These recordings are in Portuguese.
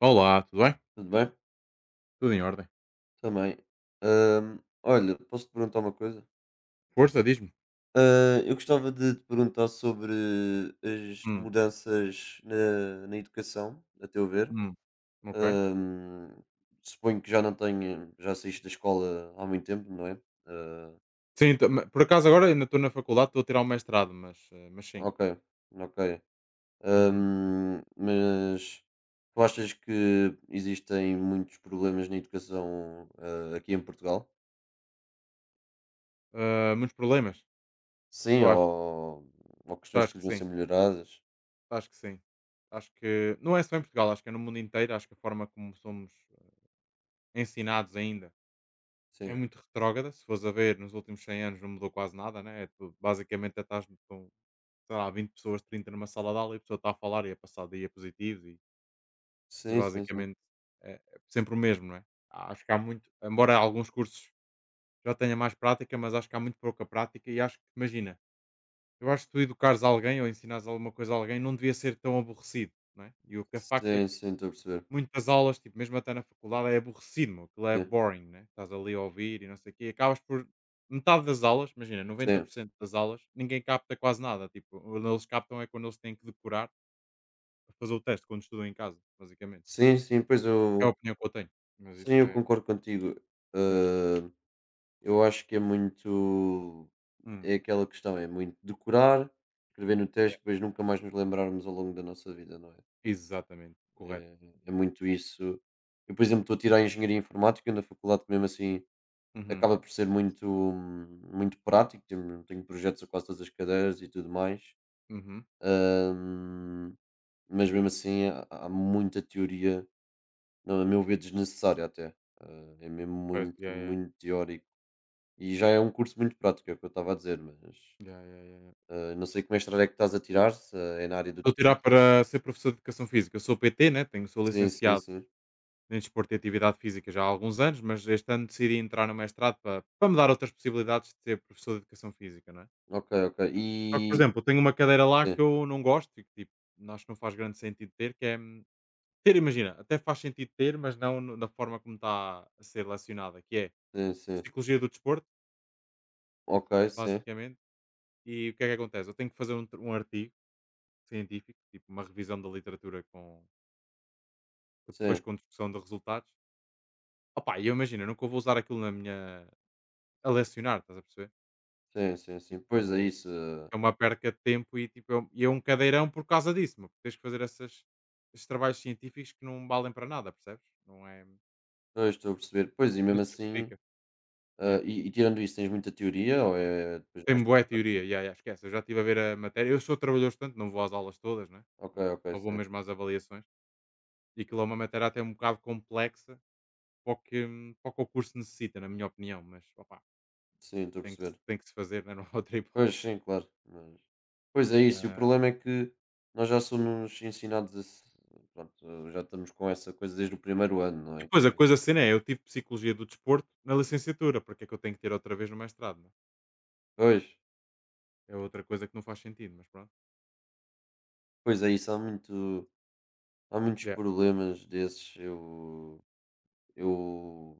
Olá, tudo bem? Tudo bem? Tudo em ordem. Também. Olha, posso-te perguntar uma coisa? Força, diz-me. Eu gostava de te perguntar sobre as Hum, mudanças na educação, a teu ver. hum, ok. Hum, suponho que já não tenho, já saíste da escola há muito tempo, não é? Sim, por acaso agora ainda estou na faculdade, estou a tirar o mestrado, mas sim. Ok, ok. Uhum. Mas tu achas que existem muitos problemas na educação, aqui em Portugal? Ah, muitos problemas? Sim, Eu acho, ou questões que Acho que deviam ser sim, melhoradas? acho que sim. Acho que não é só em Portugal, acho que é no mundo inteiro, acho que a forma como somos ensinados ainda é Sim. muito retrógrada. Se fores a ver, nos últimos 100 anos não mudou quase nada, né? É tudo, basicamente, estás com, sei lá, 20 pessoas, 30 numa sala de aula e a pessoa está a falar e a passar diapositivos E Sim, sim, sim. basicamente é sempre o mesmo, não é? Acho que há muito, embora alguns cursos já tenha mais prática, mas acho que há muito pouca prática e acho que, imagina, eu acho que tu educares alguém ou ensinares alguma coisa a alguém não devia ser tão aborrecido, não é? E o que é facto é que Sim, sim, estou a perceber. muitas aulas, tipo, mesmo até na faculdade, é aborrecido, meu, aquilo é Sim, boring, né? Estás ali a ouvir e não sei o quê, e acabas por metade das aulas, imagina, sim. 90% das aulas, ninguém capta quase nada, tipo, onde eles captam é quando eles têm que decorar para fazer o teste, quando estudam em casa, basicamente. Sim, sim, pois É a eu opinião que eu tenho, mas sim, isso eu é. concordo contigo. Hum, Hã, eu acho que é muito hum. é aquela questão, é muito decorar, escrever no Yeah. teste, depois nunca mais nos lembrarmos ao longo da nossa vida, não é? Exatamente, correto. É é muito isso. Eu, por exemplo, estou a tirar Engenharia Informática na faculdade, que mesmo assim Uhum, acaba por ser muito muito prático, tenho projetos a quase todas as cadeiras e tudo mais. uhum. Ahm, mas mesmo assim há muita teoria, não, a meu ver, desnecessária até. É mesmo Pois, muito, yeah, yeah. muito teórico. E já é um curso muito prático, é o que eu estava a dizer, mas Yeah, yeah, yeah, yeah. Não sei que mestrado é que estás a tirar, se é na área do Estou a tirar desporto. para ser professor de educação física. Eu sou PT, né, tenho sou Sim, sim, licenciado sim. em desporto e atividade física já há alguns anos, mas este ano decidi entrar no mestrado para me dar outras possibilidades de ser professor de educação física, não é? Ok, ok. Só que, por E. exemplo, eu tenho uma cadeira lá que eu não gosto e que tipo, acho que não faz grande sentido ter, que é ter, imagina, até faz sentido ter, mas não da forma como está a ser lecionada, que é Sim, sim, sim. psicologia do desporto, Ok, sim, basicamente. E o que é que acontece? Eu tenho que fazer um artigo científico, tipo uma revisão da literatura com depois sim, com discussão de resultados. Opa, e eu imagino, eu nunca vou usar aquilo na minha a lecionar, estás a perceber? sim, sim, sim. Tipo, Pois é isso. É uma perca de tempo e tipo, é um cadeirão por causa disso, meu, porque tens que fazer esses trabalhos científicos que não valem para nada, percebes? Não é, não Pois estou a perceber. Pois e se mesmo assim. justifica. Yeah. E tirando isso, tens muita teoria ou é depois mais Tem por boa prática? teoria, yeah, yeah, esquece, eu já estive a ver a matéria, eu sou trabalhador portanto não vou às aulas todas, né? Ok, ok, Só vou sim. mesmo às avaliações, e aquilo é uma matéria até um bocado complexa, para o que, para o que o curso necessita, na minha opinião, mas opá, Sim, estou a tem, que, se- perceber. tem que se fazer, né? Não há outra Pois, hipótese. sim, claro. Mas, pois é isso, e o Ah, problema é que nós já somos ensinados a se pronto, já estamos com essa coisa desde o primeiro ano, não e é? depois a coisa cena é, eu tive Psicologia do Desporto na licenciatura, porque é que eu tenho que ter outra vez no mestrado? Né? Pois, É outra coisa que não faz sentido, mas pronto. pois é isso, há muito há muitos Yeah. problemas desses, eu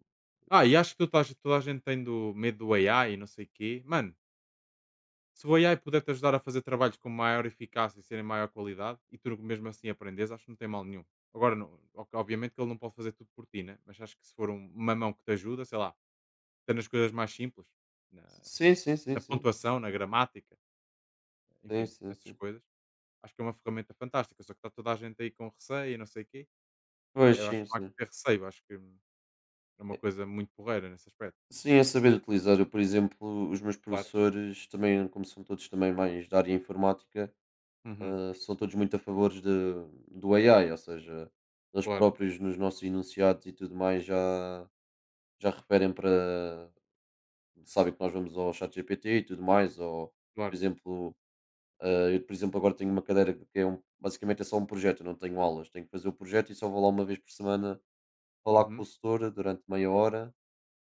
Ah, e acho que toda a gente medo do AI e não sei o quê. Mano, se o AI puder te ajudar a fazer trabalhos com maior eficácia e serem maior qualidade, e tu mesmo assim aprendes, acho que não tem mal nenhum. Agora, não, ok, obviamente que ele não pode fazer tudo por ti, né? Mas acho que se for uma mão que te ajuda, sei lá, até nas coisas mais simples, na sim, sim, sim, na sim. pontuação, na gramática, Sim, enfim, sim, nessas sim. coisas. Acho que é uma ferramenta fantástica, só que está toda a gente aí com receio e não sei o quê. Pá, Pois, eu acho sim, que não há que sim. ter receio, acho que é uma É coisa muito porreira nesse aspecto. sim, é saber utilizar. Eu, por exemplo, os meus Claro. professores também, como são todos também mais da área informática Uhum. São todos muito a favor de, do AI, ou seja, eles Claro, próprios nos nossos enunciados e tudo mais já, já referem para. Sabem que nós vamos ao Chat GPT e tudo mais, ou, por claro. exemplo, eu, por exemplo, agora tenho uma cadeira que é um, basicamente é só um projeto, eu não tenho aulas, tenho que fazer o projeto e só vou lá uma vez por semana falar com Uhum. o setor durante meia hora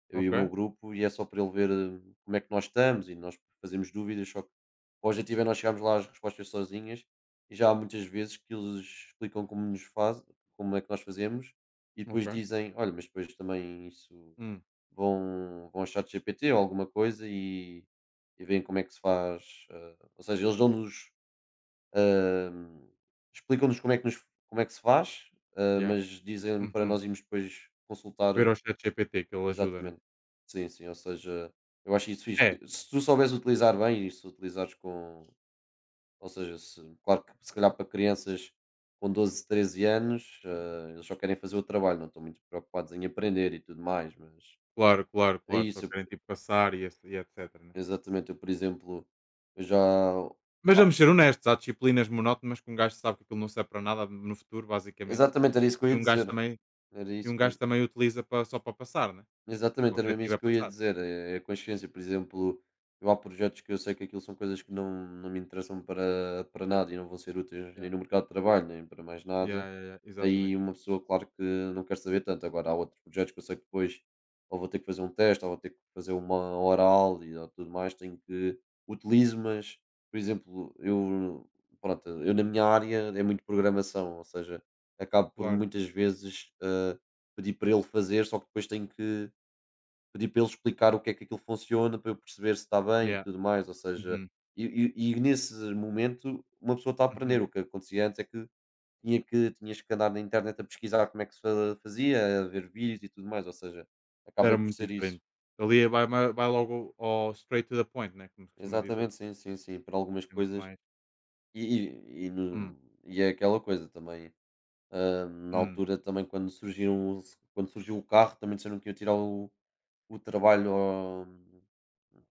eu e Ok, o meu grupo, e é só para ele ver como é que nós estamos e nós fazemos dúvidas, só que o objetivo é nós chegarmos lá às respostas sozinhas e já há muitas vezes que eles explicam como nos faz, como é que nós fazemos e depois ok. dizem, olha, mas depois também isso Hum. vão, vão achar de GPT ou alguma coisa e veem como é que se faz, ou seja, eles dão-nos eh, explicam-nos como é que nos como é que se faz, Yeah. mas dizem para Uhum. nós irmos depois consultar. Ver ao ChatGPT que ele ajuda, né? Exatamente. Sim, sim, ou seja, eu acho isso fixe. É, Se tu souberes utilizar bem e se utilizares com. Ou seja, se, claro que se calhar para crianças com 12 13 anos, eles só querem fazer o trabalho, não estão muito preocupados em aprender e tudo mais, mas claro, claro, é claro. Só isso. querem Eu- tipo passar e etc, né? exatamente, eu, por exemplo, eu já. Mas vamos ser honestos, há disciplinas monótonas que um gajo sabe que aquilo não serve para nada no futuro, basicamente. Exatamente, era isso que eu E ia um gajo dizer. também. Era E isso um gajo também utiliza pa só para passar, né. O exatamente, era mesmo objetivo é isso que eu ia passar. dizer. É a consciência, por exemplo, eu há projetos que eu sei que aquilo são coisas que não, não me interessam para, para nada e não vão ser úteis Yeah, nem no mercado de trabalho, nem para mais nada. yeah, yeah, yeah, Aí exatamente. uma pessoa, claro que não quer saber tanto. Agora, há outros projetos que eu sei que depois ou vou ter que fazer um teste, ou vou ter que fazer uma oral e ou tudo mais, tenho que utilizo, mas, por exemplo, eu, pronto, eu na minha área é muito programação, ou seja, acabo por Claro. muitas vezes pedir para ele fazer, só que depois tenho que pedi para ele explicar o que é que aquilo funciona, para eu perceber se está bem e Yeah. tudo mais, ou seja, Uhum, e e nesse momento uma pessoa está a uhum. aprender, o que acontecia antes é que tinha que tinhas que andar na internet a pesquisar como é que se fa fazia, a ver vídeos e tudo mais, ou seja, Era acaba por muito ser isso. diferente. Ali vai logo ao straight to the point, né, como se costuma dizer. Exatamente, sim, sim, sim, para algumas É muito coisas mais. e hum, no e é aquela coisa também, na hum, altura também quando surgiram os quando surgiu o carro também disseram que iam tirar o trabalho ao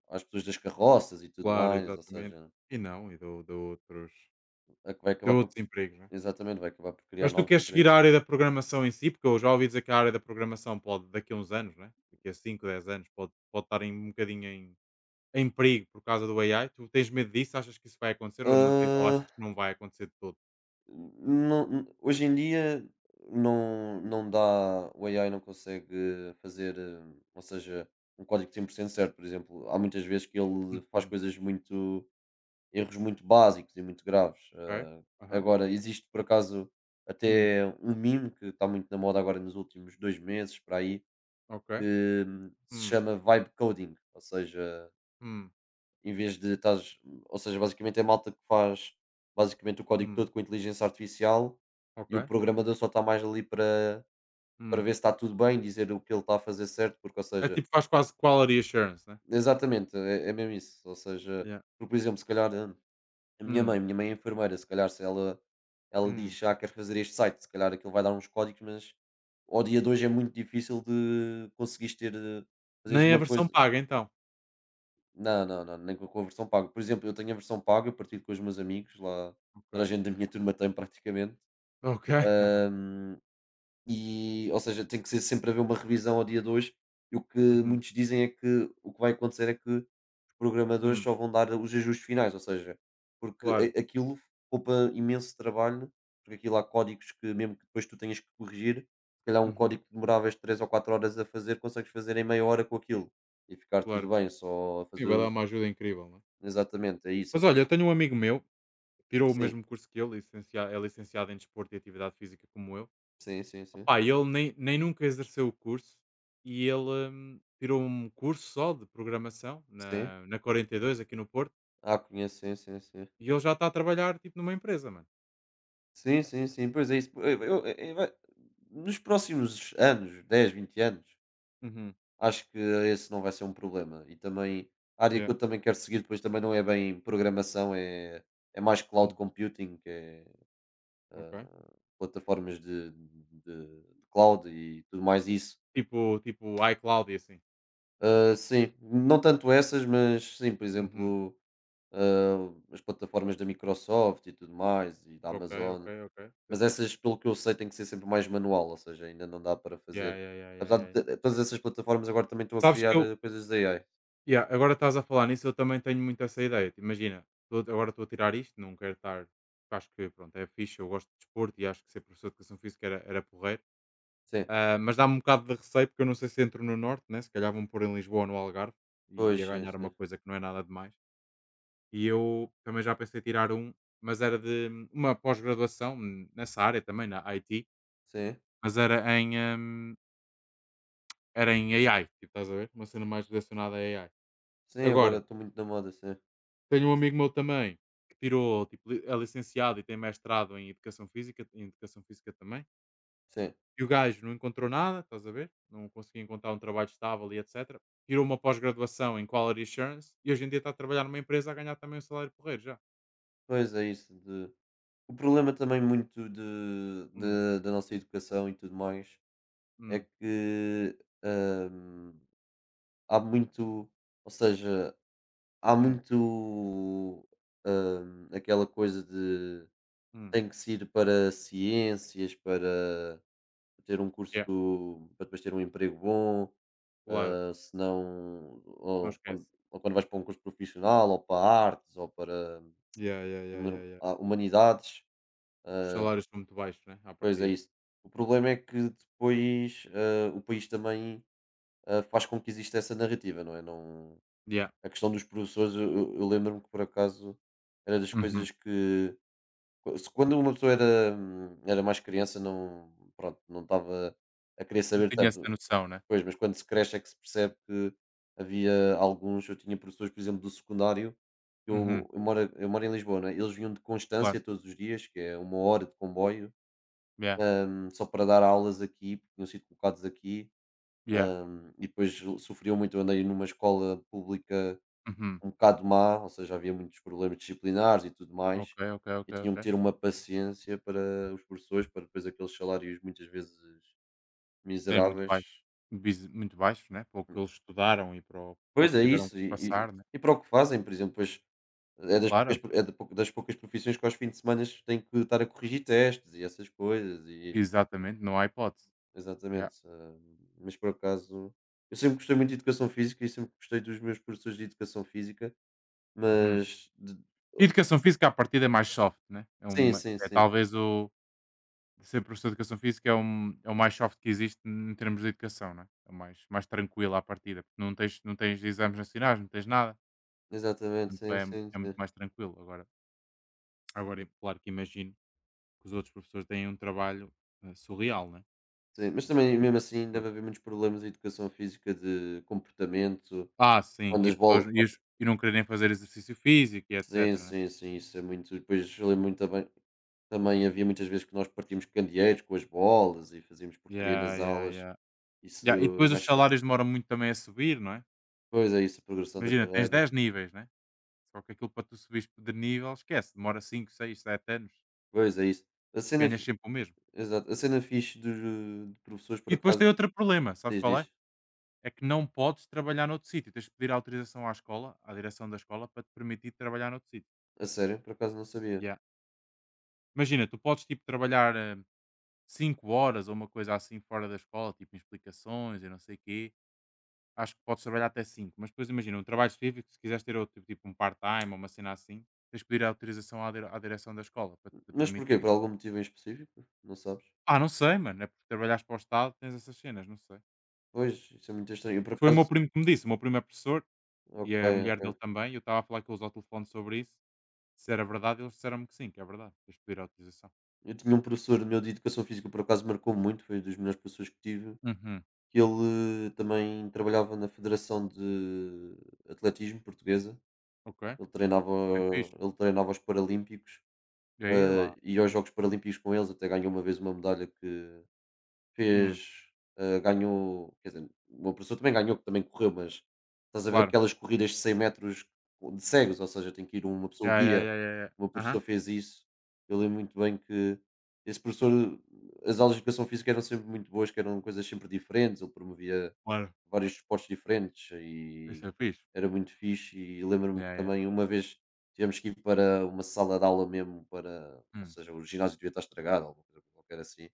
às pessoas das carroças e tudo Claro, mais, ou exatamente. seja E não, e deu deu outros é que vai acabar deu por outros empregos, né. exatamente, vai acabar por criar Mas tu novos queres seguir empregos. a área da programação em si? Porque eu já ouvi dizer que a área da programação pode daqui a uns anos, né, daqui a 5, 10 anos pode estar em um bocadinho em perigo por causa do AI? Tu tens medo disso? Achas que isso vai acontecer ou Hã, achas que não vai acontecer de todo? não n- hoje em dia não dá o AI não consegue fazer, ou seja, um código 100% certo, por exemplo, há muitas vezes que ele faz Uhum. coisas muito erros muito básicos e muito graves. Ok. Aham. Agora existe por acaso Hum. até um meme que está muito na moda agora nos últimos 2 meses para aí, Ok. que se Hum. chama vibe coding, ou seja Hum. em vez de estás ou seja, basicamente é malta que faz basicamente o código Hum. todo com inteligência artificial Ok. e o programador só está mais ali para para Hum. ver se está tudo bem, dizer o que ele está a fazer certo, porque ou É seja tipo, faz quase quality assurance, né? exatamente, é mesmo isso, ou seja, Yeah. porque, por exemplo, se calhar a minha Hum. mãe minha mãe é enfermeira, se calhar se ela ela Hum. diz: "Ah, quero fazer este site", se calhar aquilo vai dar uns códigos, mas ao dia de hoje é muito difícil de conseguires ter fazeres Nem a uma versão coisa. paga, então. Não, não, não, nem com com a versão paga. Por exemplo, eu tenho a versão paga, eu partilho com os meus amigos lá, toda a Ok. gente da minha turma tem praticamente. Ok. Ahm, e, ou seja, tem que ser sempre haver uma revisão ao dia de hoje. E o que Uhum. muitos dizem é que o que vai acontecer é que os programadores Hum. só vão dar os ajustes finais, ou seja, porque Claro. Aquilo poupa imenso trabalho, porque aquilo há códigos que mesmo que depois tu tenhas que corrigir, se calhar um Uhum. código que demoravas 3 ou 4 horas a fazer, consegues fazer em meia hora com aquilo e ficar Claro. tudo bem, só Sim, fazer vai dar uma os ajuda incrível, não é? exatamente, é isso. Ou Mas olha, eu seja, tenho um amigo meu, tirou o sim, mesmo curso que eu, é licenciado em Desporto e Atividade Física como eu. sim, sim, sim. Opá, ele nem nunca exerceu o curso e ele tirou um curso só de programação Sim. na 42 aqui no Porto Ah, conheço, sim, sim, sim. e ele já está a trabalhar tipo numa empresa, mano. Sim, sim, sim. Pois é isso. Nos próximos anos, 10 20 anos, Uhum. acho que esse não vai ser um problema. E também, a área que Yeah. eu também quero seguir depois também não é bem programação, é, é mais cloud Hum. computing, que é Ok. plataformas de, de cloud e tudo mais isso. Tipo iCloud e assim. Ah, sim, não tanto essas, mas sim, por Uhum. exemplo, ah, as plataformas da Microsoft e tudo mais, e da Ok, ok, Amazon. ok. Isso é Mas fixe. essas, pelo que eu sei, tem que ser sempre mais manual, ou seja, ainda não dá para Yeah, fazer. yeah, yeah, yeah, Apesar de yeah. Todas essas plataformas agora também estão a Sabes que criar eu, coisas de AI. yeah, agora estás a falar nisso, eu também tenho muito essa ideia. Tipo, imagina, agora estou a tirar isto, não quero estar. Acho que pronto, é fixe, eu gosto de desporto e acho que ser professor de educação física era porreiro. Sim, Ah, mas dá-me um bocado de receio, porque eu não sei se entro no norte, né? Se calhar vão pôr em Lisboa ou no Algarve e pois, ia sim, ganhar uma sim. coisa que não é nada demais. E eu também já pensei em tirar um, mas era de uma pós-graduação nessa área também, na IT, Sim, mas era em AI, tipo, estás a ver? Uma cena mais relacionada a AI. sim agora Agora, estou muito na moda, sim. tenho um amigo meu também que tirou, tipo, é licenciado e tem mestrado em Educação Física também. Sim, E o gajo não encontrou nada, estás a ver? Não conseguia encontrar um trabalho estável e etc. Tirou uma pós-graduação em Quality Assurance e hoje em dia está a trabalhar numa empresa a ganhar também um salário porreiro já. pois é isso. De... O problema também muito de, Hum, da nossa educação e tudo mais é hum, que ahm, há muito, ou seja, há hum, muito, aquela coisa de hum. tem que se ir para ciências para ter um Yeah, curso para depois ter um emprego bom, claro, senão não esquece. ou quando vais para um curso profissional ou para artes ou para Yeah, yeah, yeah, yeah, yeah. Humanidades, Os salários são muito baixos, né? À pois é partida. isso. O problema é que depois, o país também, faz com que exista essa narrativa, não é? Não Yeah. a questão dos professores eu lembro-me que por acaso era das Uhum. coisas que se quando uma pessoa era era mais criança não pronto, não estava a querer Não saber tinha tanto. essa noção, né? Pois, mas quando se cresce é que se percebe que havia alguns eu tinha professores, por exemplo, do secundário, que Uhum. eu eu moro em Lisboa, né eles vinham de Claro. Constância todos os dias, que é uma hora de comboio, Yeah, só para dar aulas aqui, porque tinham sido colocados aqui, yeah. E depois sofriam muito. Eu andei numa escola pública Uhum. um bocado má, ou seja, havia muitos problemas disciplinares e tudo mais, Ok, ok, ok, e tinham que ok. ter uma paciência para os professores, para depois aqueles salários muitas vezes Seria muito miseráveis. baixo. Muito baixo, né? Para o que eles estudaram e para o Pois que é tiveram que isso, e, passar, né? e para o que fazem, por exemplo, pois é das poucas, Claro. é da das poucas profissões que aos fins de semana têm que estar a corrigir testes e essas coisas, e Exatamente, não há hipótese. Yeah. exatamente. Mas por acaso, eu sempre gostei muito de educação física e sempre gostei dos meus professores de educação física, Uhum. mas E Educação física à partida é mais soft, né? É, sim, uma, sim, é sim, talvez o ser professor de educação física é o mais soft que existe em termos de educação, né? É o mais tranquilo à partida. Porque não tens, exames nacionais, não tens nada. exatamente, Portanto, sim, sim, é muito sim. mais tranquilo. Agora, claro que imagino que os outros professores têm um trabalho surreal, né? Sim, mas também mesmo Comparado com assim os deve outros. haver muitos problemas de educação física, de comportamento, Ah, sim. quando E as pessoas bolas e, quando- os- e não quererem fazer exercício físico e etc, sim, né? sim, sim, isso é muito depois eu lembro muito também também havia muitas vezes que nós partíamos candeeiros com as bolas e fazíamos porcaria Yeah, nas yeah, aulas, yeah. isso Já, e é depois os mais chato. salários demoram muito também a subir, não é? Pois é isso, a progressão da Imagina, tens carreira, 10 níveis, né? Só que aquilo para tu subires de nível, esquece, demora 5, 6, 7 anos pois é isso. A e cena ganhas fi sempre o mesmo. Exato, a cena fixe dos de professores E por depois acaso tem outro problema, sabes diz, qual é? diz. É que não podes trabalhar noutro sítio, tens de pedir autorização à escola, à direção da escola, para te permitir trabalhar noutro sítio. A sério? Por acaso não sabia. Yeah. Imagina, tu podes tipo trabalhar 5 horas ou uma coisa assim fora da escola, tipo em explicações e não sei o quê. Acho que podes trabalhar até 5, mas depois imagina, um trabalho específico, se quiseres ter outro, tipo um part-time ou uma cena assim, tens de pedir a autorização à direção da escola para te Mas permitir porquê? Por isso. algum motivo em específico? Não sabes? Ah, não sei, mano, é porque trabalhares para o Estado, tens essas cenas, não sei. Pois, isso é muito estranho. Eu por Foi o meu acaso primo que me disse, o meu primo é professor e ok, é a mulher dele ok. também, e eu estava a falar com eles ao telefone sobre isso, se era verdade, eles disseram-me que sim, que é verdade, tens de pedir a autorização. Eu tinha um professor meu de educação física, por acaso marcou muito, foi um dos melhores professores que tive, Uhum, que ele também trabalhava na Federação de Atletismo Portuguesa, ok, ele é treinava, fixe. ele treinava os Paralímpicos, E aí lá, é e aos fixe. Jogos Paralímpicos com eles, até ganhou uma vez uma medalha que Hum, fez, ganhou quer dizer, o meu professor também ganhou, que também correu, mas estás a ver claro. aquelas corridas de 100 metros de cegos, ou seja, tem que ir uma pessoa Yeah, yeah, guia. yeah, yeah. Yeah. O meu Aham, professor fez isso. Eu lembro muito bem que esse professor as aulas de educação física eram sempre muito boas, que eram coisas sempre diferentes, ele promovia claro. vários esportes diferentes Isso e é fixe. era muito fixe e lembro-me que Yeah, yeah. também uma vez tivemos que ir para uma sala de aula mesmo para ou Hum, seja, o ginásio devia estar estragado, alguma coisa qualquer assim.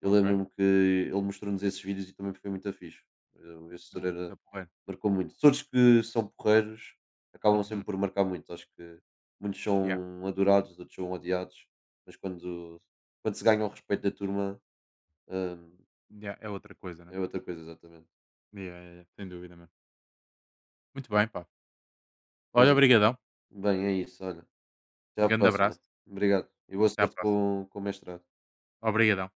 Eu ok. lembro-me que ele mostrou-nos esses vídeos e também foi muito fixe. Eu esse Ah, isso Sororan é porreiro. marcou muito. Todos que são porreiros acabam Uhum. sempre por marcar muito. Acho que muitos Yeah. são adorados, outros são odiados, mas quando, quando se ganha o respeito da turma, hum, Yeah. É outra coisa, né? é outra coisa, exatamente. Yeah, yeah, yeah. Sem dúvida, mano. Muito bem, pá. Pois Olha, é. obrigadão. Bem, é isso, olha. Até Um à grande próxima. abraço. Obrigado e boa Até à sorte próxima. Com o mestrado. Obrigadão.